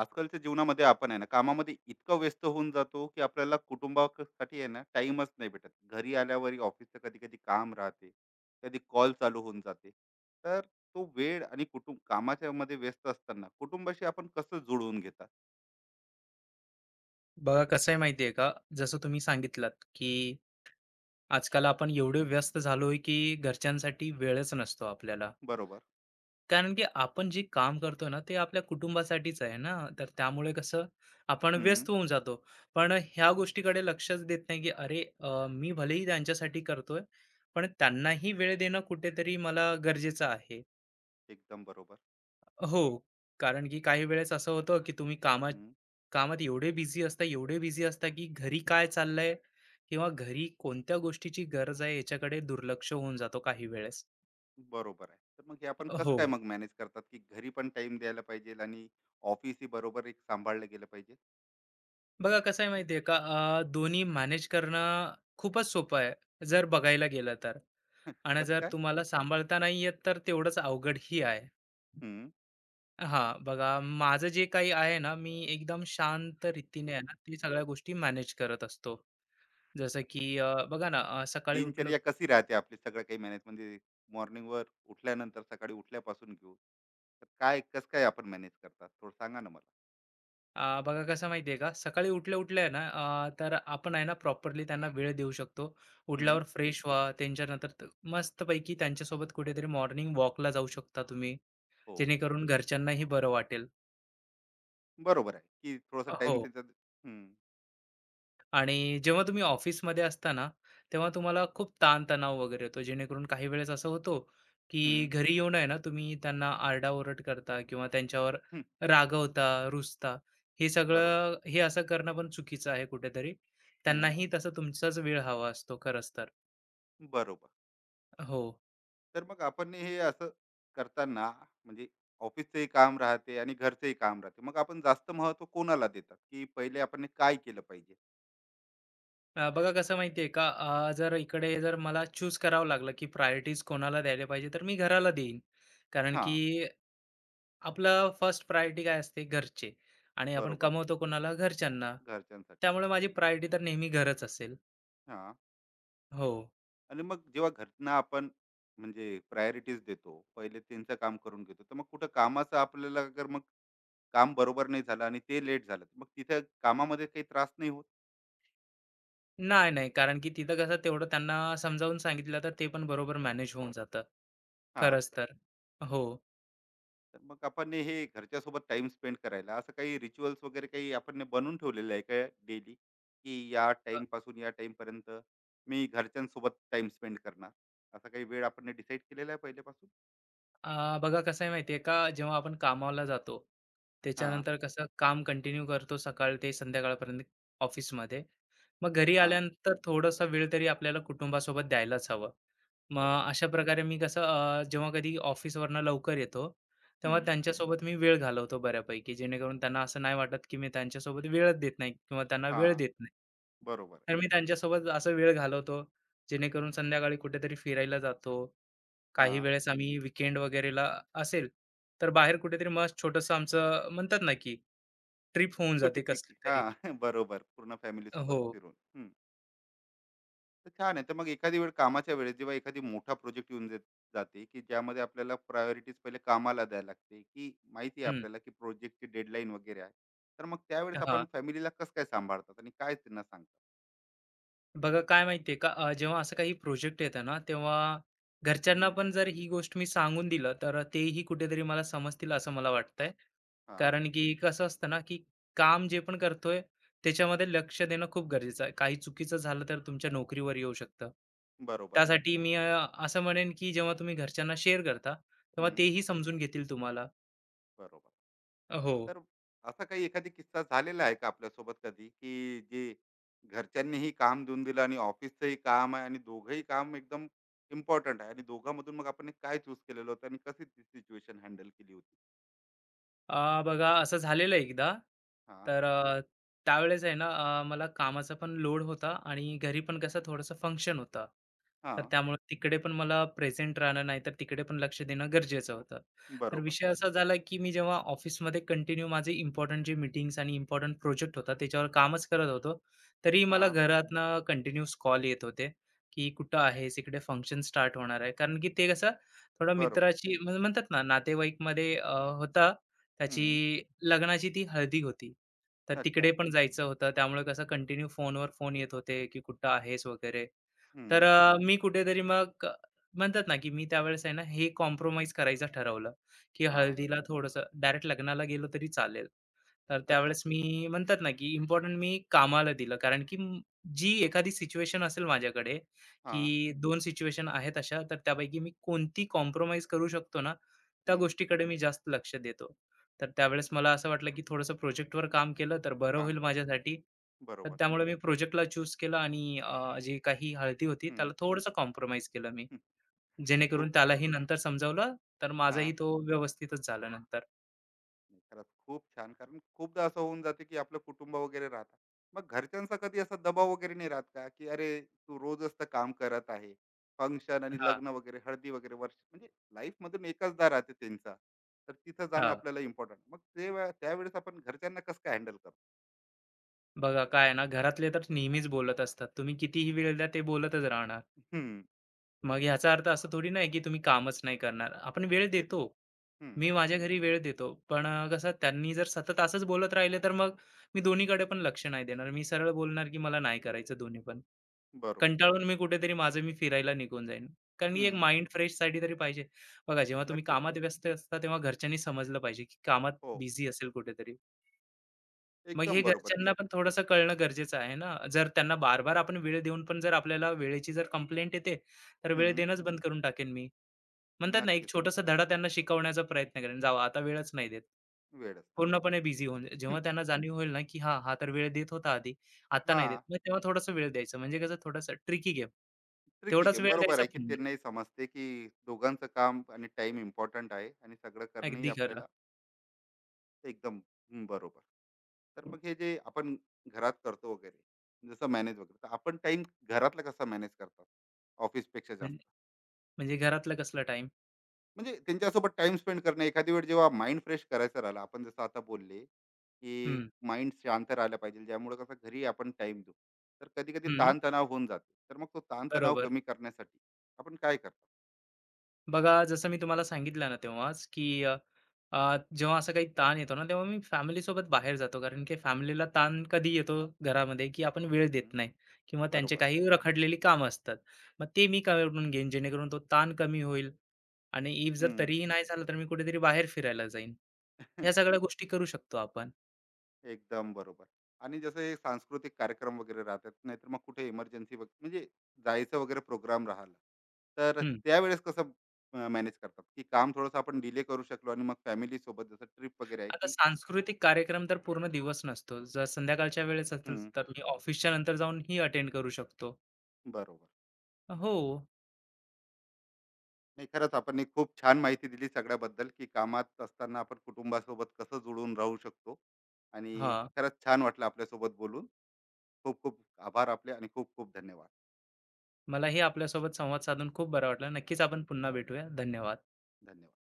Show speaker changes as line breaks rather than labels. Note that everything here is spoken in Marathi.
आजकालच्या जीवनामध्ये आपण आहे ना कामामध्ये इतकं व्यस्त होऊन जातो की आपल्याला कुटुंबासाठी आहे ना टाइमच नाही भेटत. घरी आल्यावर ऑफिसचं कधी कधी काम राहते. कधी कॉल चालू होऊन जाते. तर तो वेळ आणि कुटुंब कामाच्या मध्ये व्यस्त असताना कुटुंबाशी आपण कसं जुळवून घेतात?
बघा कसं आहे माहिती आहे का, जसं तुम्ही सांगितलात की आजकाल आपण एवढे व्यस्त झालोय की घरच्यांसाठी वेळच नसतो आपल्याला.
बरोबर.
कारण की आपण जे काम करतो ना ते आपल्या कुटुंबासाठीच आहे ना, तर त्यामुळे कसं आपण
हम्म.
व्यस्त होऊन जातो. पण ह्या गोष्टीकडे लक्षच देत नाही की अरे, मी भलेही त्यांच्यासाठी करतोय, पण त्यांनाही वेळ देणं कुठेतरी मला गरजेचं आहे.
एकदम बरोबर.
हो. कारण की काही वेळेस असं होतं, की तुम्ही कामात
हम्म.
कामात एवढे बिझी असता, की घरी काय चाललंय किंवा घरी कोणत्या गोष्टीची गरज आहे याच्याकडे दुर्लक्ष होऊन जातो काही वेळेस.
बरोबर आहे. तर मग हे आपण कसं
हो.
काय मग मॅनेज करतात की घरी पण टाइम द्यायला पाहिजे आणि ऑफिसही बरोबर एक सांभाळलं गेलं पाहिजे.
बघा कसं आहे माहिती आहे का, दोन्ही मॅनेज करणं खूपच सोपं आहे जर बघायला गेलं तर. आणि
कसं
जर
काय?
तुम्हाला सांभाळता नाही येत तर तेवढंच अवघडही आहे.
हम्म.
हां, बघा माझं जे काही आहे ना, मी एकदम शांत रीतीने आहे ना, ते सगळ्या गोष्टी मॅनेज करत असतो. जसं की बघा ना सकाळी उठलो.
दिनचर्या कशी राहते आपली, सगळं काही मॅनेज म्हणजे morning वर उठल्यानंतर, सकाळी उठल्यापासून घेऊ. तर काय कसं काय आपण मॅनेज करतात, थोडं सांगा ना मला.
बघा कसं माहिती आहे का, सकाळी उठल्या उठल्या आहे ना, तर आपण आहे ना प्रॉपरली त्यांना वेळ देऊ शकतो.
हम्म,
उठल्यावर फ्रेश व्हा, त्यांच्यानंतर मस्तपैकी त्यांच्यासोबत कुठेतरी मॉर्निंग वॉकला जाऊ शकता तुम्ही,
हो.
जेणेकरून घरच्यांनाही बरं वाटेल.
बरोबर आहे की थोडासा टाइम
हो.
त्याच्यात. हम्म,
आणि जेव्हा तुम्ही ऑफिसमध्ये असता ना, तेव्हा तुम्हाला खूप ताणतणाव वगैरे येतो. जेणेकरून काही वेळेस असं होतो, की
हम्म,
घरी येऊन आहे ना, तुम्ही त्यांना आरडाओरड करता किंवा त्यांच्यावर
हम्म,
रागवता, रुसता. हे
बरोबर.
सगळं, हे असं करणं पण चुकीचं आहे कुठेतरी.
हम्म,
त्यांनाही तसा तुमचाच वेळ हवा असतो खरंच तर.
बरोबर.
हो.
तर मग आपण हे असं करताना म्हणजे ऑफिसचंही काम राहते आणि घरचंही काम राहते, मग आपण जास्त महत्व कोणाला देतात, की पहिले आपण हे काय केलं पाहिजे?
बघा कसं माहिती का, जर इकडे जर मला चूज करावं लागलं, की प्रायोरिटीज कोणाला द्यायला पाहिजे, तर मी घराला देईन. कारण
हा,
की आपलं फर्स्ट प्रायोरिटी काय असते? घरचे. आणि आपण
बरोबर.
कमवतो कोणाला? घरच्यांना.
घरच्यांसाठी.
त्यामुळे माझी प्रायोरिटी तर नेहमी घरच असेल.
हा.
हो.
आणि मग जेव्हा घरनं आपण म्हणजे प्रायोरिटीज देतो, पहिले त्यांचं काम करून घेतो, तर मग कुठं कामाचं आपल्याला अगर मग काम बरोबर नाही झालं आणि ते लेट झालं, तर मग तिथे कामामध्ये काही त्रास नाही होत?
नाही, नाही. कारण की तिथं कसं तेवढं त्यांना समजावून सांगितलं तर ते पण बरोबर मॅनेज होऊन जातं.
हां.
खरंच तर. हो.
तर मग आपण हे घरच्यासोबत टाईम स्पेंड करायला असं काही रिच्युअल्स वगैरे काही आपण बनवून ठेवलेलं आहे का डेली, की या टाईमपासून या टाईमपर्यंत मी घरच्यांसोबत टाईम स्पेंड करणार? असा काही वेळ आपण डिसाईड केलेला आहे पहिल्यापासून?
बघा कसं आहे माहिती आहे का, जेव्हा आपण कामाला जातो,
हां,
त्याच्यानंतर कसं काम कंटिन्यू करतो सकाळ ते संध्याकाळपर्यंत ऑफिसमध्ये. मग घरी
हां,
आल्यानंतर थोडासा वेळ तरी आपल्याला कुटुंबासोबत द्यायलाच हवं. मग
बरोबर.
अशा प्रकारे मी कसं, जेव्हा कधी ऑफिसवरनं लवकर येतो, तेव्हा
हं,
त्यांच्यासोबत मी वेळ घालवतो बऱ्यापैकी, जेणेकरून त्यांना असं नाही वाटत, की मी त्यांच्यासोबत वेळच देत नाही किंवा त्यांना वेळ
हां,
देत नाही.
बरोबर आहे.
तर मी त्यांच्यासोबत असा वेळ घालवतो, जेणेकरून संध्याकाळी कुठेतरी फिरायला जातो. काही
हां.
वेळेस आम्ही विकेंड वगैरेला असेल, तर बाहेर कुठेतरी मस्त छोटंसं आमचं, म्हणतात ना, की ट्रिप होऊन
छोटी
जाते कसली
पिकनिक
तरी.
हां, बरोबर. पूर्ण फॅमिली
हो.
सोबत फिरून. हं. तर छान आहे. तर मग एखादी वेळ कामाच्या वेळेस जेव्हा एखादी मोठा प्रोजेक्ट येऊन जाते, की ज्यामध्ये आपल्याला प्रायोरिटीज पहिले कामाला द्यायला लागते, की माहिती आहे
हं.
आपल्याला, की प्रोजेक्टची डेडलाईन वगैरे आहे. तर मग त्यावेळेस आपण
हां.
फॅमिलीला कसं काय सांभाळतात आणि काय त्यांना सांगतात?
बघा काय माहितीये का, जेव्हा असं काही प्रोजेक्ट येतं ना, तेव्हा घरच्यांना
हं.
पण जर ही गोष्ट मी सांगून दिलं तर तेही कुठेतरी मला समजतील असं मला वाटतंय.
हां,
कारण की कसं असतं ना, की काम जे पण करतोय त्याच्यामध्ये लक्ष देणं खूप गरजेचं आहे. काही चुकीचं झालं तर तुमच्या नोकरीवर येऊ शकतं.
बरोबर.
त्यासाठी मी असं म्हणेन की जेव्हा तुम्ही घरच्यांना शेअर करता, तेव्हा तेही समजून घेतील तुम्हाला.
बरोबर.
हो.
तर असा काही एखादा किस्सा झालेला आहे का आपल्यासोबत कधी, की जे घरच्यांनीही काम देऊन दिलं आणि ऑफिसचंही काम आहे आणि दोघंही काम एकदम इम्पोर्टंट आहे आणि दोघांमधून मग आपण काय चूज केलेलं होतं आणि कशी ती सिच्युएशन हँडल केली होती?
बघा असं झालेलं एकदा.
हां,
तर त्यावेळेस आहे ना, मला कामाचा पण लोड होता आणि घरी पण कसं थोडंसं फंक्शन होतं. तर
हां.
त्यामुळे तिकडे पण मला प्रेझेंट राहणं, नाही तर तिकडे पण लक्ष देणं गरजेचं होतं. तर
बरोबर.
विषय असा झाला, की मी जेव्हा ऑफिसमध्ये कंटिन्यू माझे इम्पोर्टंट जे मीटिंग्स आणि इम्पोर्टंट प्रोजेक्ट होता त्याच्यावर कामच करत होतो. तरीही मला
हां,
घरातनं कंटिन्यूअस कॉल येत होते, की "कुठं आहेस? इकडे फंक्शन स्टार्ट होणार आहे." कारण की ते कसं थोडं
बरोबर.
मित्राची, म्हणजे म्हणतात ना नातेवाईकमध्ये, होता.
हं.
त्याची लग्नाची ती हळदी होती. तर तिकडे
अच्छा.
पण जायचं होतं. त्यामुळे कसं कंटिन्यू फोनवर फोन येत होते, की कुठं आहेस वगैरे. तर
हं.
अ, मी कुठेतरी मग अ, म्हणतात ना, की मी त्यावेळेस आहे ना, हे कॉम्प्रोमाईज करायचं ठरवलं, की
हां.
हळदीला थोडंसं डायरेक्ट लग्नाला गेलो तरी चालेल. तर
अच्छा.
त्यावेळेस मी, म्हणतात ना, की इम्पोर्टंट मी कामाला दिलं. कारण की जी एखादी सिच्युएशन असेल माझ्याकडे,
हां.
की 2 सिच्युएशन आहेत अशा, तर त्यापैकी मी कोणती कॉम्प्रोमाईज करू शकतो ना, त्या
हं.
गोष्टीकडे मी जास्त लक्ष देतो. तर त्यावेळेस मला असं वाटलं, की थोडंसं प्रोजेक्टवर काम केलं तर बरं
काम
होईल
केलं.
माझ्यासाठी. तर
बरोबर.
त्यामुळे मी प्रोजेक्टला चूज केलं आणि जी काही हळदी होती
हं.
त्याला थोडंसं कॉम्प्रोमाईज केलं मी.
नाही
जेणेकरून
खूप.
त्यालाही नंतर समजावलं, तर माझाही
हां.
तो व्यवस्थितच झाला नंतर.
नाही, खरंच खूप छान, कारण खूपदा असं होऊन जाते की आपलं कुटुंब वगैरे राहतात. मग घरच्यांचा कधी असा दबाव वगैरे नाही राहत का, की अरे तू रोजच तर काम करत आहे, फंक्शन आणि
हां,
लग्न वगैरे हळदी वगैरे वर्ष म्हणजे लाईफ मधून एकचदा राहते त्यांचा, तर तिथं जाणं
हां.
आपल्याला इम्पॉर्टंट, मग ते त्यावेळेस आपण घरच्यांना कसं काय हँडल करतो?
बघा काय आहे ना, घरातले तर नेहमीच बोलत असतात. तुम्ही कितीही वेळ द्या ते बोलतच राहणार.
हम्म,
मग ह्याचा अर्थ असा थोडी नाही, की तुम्ही कामच नाही करणार. आपण वेळ
ते तर.
देतो.
हम्म,
मी माझ्या घरी वेळ देतो, पण कसं त्यांनी जर सतत असंच बोलत राहिले, तर मग मी दोन्हीकडे पण लक्ष नाही देणार. मी सरळ बोलणार, की मला नाही करायचं दोन्ही पण.
बरोबर.
कंटाळून मी कुठेतरी माझं मी फिरायला निघून जाईन. कारण की एक
हम्म,
माइंड फ्रेशसाठी तरी पाहिजे. बघा, जेव्हा तुम्ही
नक्कीच.
कामात व्यस्त असता, तेव्हा घरच्यांनी समजलं पाहिजे, की कामात
हो.
बिझी असेल कुठेतरी. मग हे
एकदम बरोबर
घरच्यांना
की.
पण थोडंसं कळणं गरजेचं आहे ना. जर त्यांना बार-बार आपण वेळ देऊन पण जर आपल्याला वेळेची जर कंप्लेंट येते, तर वेळ
हम्म,
देणंच बंद करून टाकेन मी. म्हणतात ना, एक
नक्कीच.
छोटासा धडा त्यांना शिकवण्याचा प्रयत्न करेन. जावा आता वेळच नाही देत.
वेळच नाही.
पूर्णपणे बिझी होऊन जा. जेव्हा त्यांना जाणीव होईल ना, की हां, हा तर वेळ देत होता आधी, आता
हा,
नाही देत. मग तेव्हा थोडासा वेळ द्यायचा. म्हणजे कसं थोडासा ट्रिकी गेम.
ट्रिकी
तेवढाच
गेम
वेळ
बरोबर
द्यायचा
आहे की
पुन्हा.
त्यांनाही समजते की दोघांचं काम आणि टाइम इम्पॉर्टंट आहे आणि सगळं करणंही
अगदी खरं.
आपल्याला एकदम. हं, बरोबर. तर मग हे जे आपण घरात करतो वगैरे, जसं मॅनेज वगैरे, तर आपण टाइम घरातला कसा मॅनेज करतात ऑफिसपेक्षा
म्हण
जास्त?
म्हणजे घरातला कसला टाईम?
म्हणजे त्यांच्यासोबत टाइम स्पेंड करणं, एखादी वेळ जेव्हा माइंड फ्रेश करायचं राहिलं, आपण जसं आता बोलले की
हं,
माइंड शांत राहिलं पाहिजे, ज्यामुळे कसं घरी आपण टाइम देऊ, तर कधी कधी
हं.
ताणतणाव होऊन जाते, तर मग तो ताणतणाव
बरोबर.
कमी करण्यासाठी आपण काय करतो?
बघा जसं मी तुम्हाला सांगितलं ना तेव्हाच, की जेव्हा असं काही ताण येतो ना, तेव्हा मी फॅमिलीसोबत बाहेर जातो. कारण की फॅमिलीला ताण कधी येतो घरामध्ये, की आपण वेळ
हं,
देत नाही किंवा त्यांचे
बरोबर.
काही रखडलेली कामं असतात. मग ते मी करून घेईन जेणेकरून तो ताण कमी होईल, आणि इफ जर
हं.
तरीही नाही झालं, तर मी कुठेतरी बाहेर फिरायला जाईन. ह्या सगळ्या गोष्टी करू शकतो आपण.
एकदम बरोबर. आणि जसं हे सांस्कृतिक कार्यक्रम वगैरे राहतात, नाहीतर मग कुठे इमर्जन्सी म्हणजे जायचं वगैरे प्रोग्राम राहिला, तर
हं.
त्यावेळेस कसं मॅनेज करतात, की काम थोडंसं आपण डिले करू शकलो आणि मग फॅमिलीसोबत जसं ट्रिप वगैरे आहे,
आता
की
सांस्कृतिक कार्यक्रम तर पूर्ण दिवस नसतो. जर संध्याकाळच्या वेळेस असेल,
हं,
तर मी ऑफिसच्या नंतर जाऊन ही अटेंड करू शकतो.
बरोबर.
हो.
नाही, खरंच आपण एक खूप छान माहिती दिली सगळ्याबद्दल, की कामात असताना आपण कुटुंबासोबत कसं जुळून राहू शकतो. आणि
हां.
खरंच छान वाटलं आपल्यासोबत बोलून. खूप खूप आभार आपले आणि खूप खूप धन्यवाद.
मलाही आपल्यासोबत संवाद साधून खूप बरं वाटलं. नक्कीच आपण पुन्हा भेटूया. धन्यवाद.
धन्यवाद.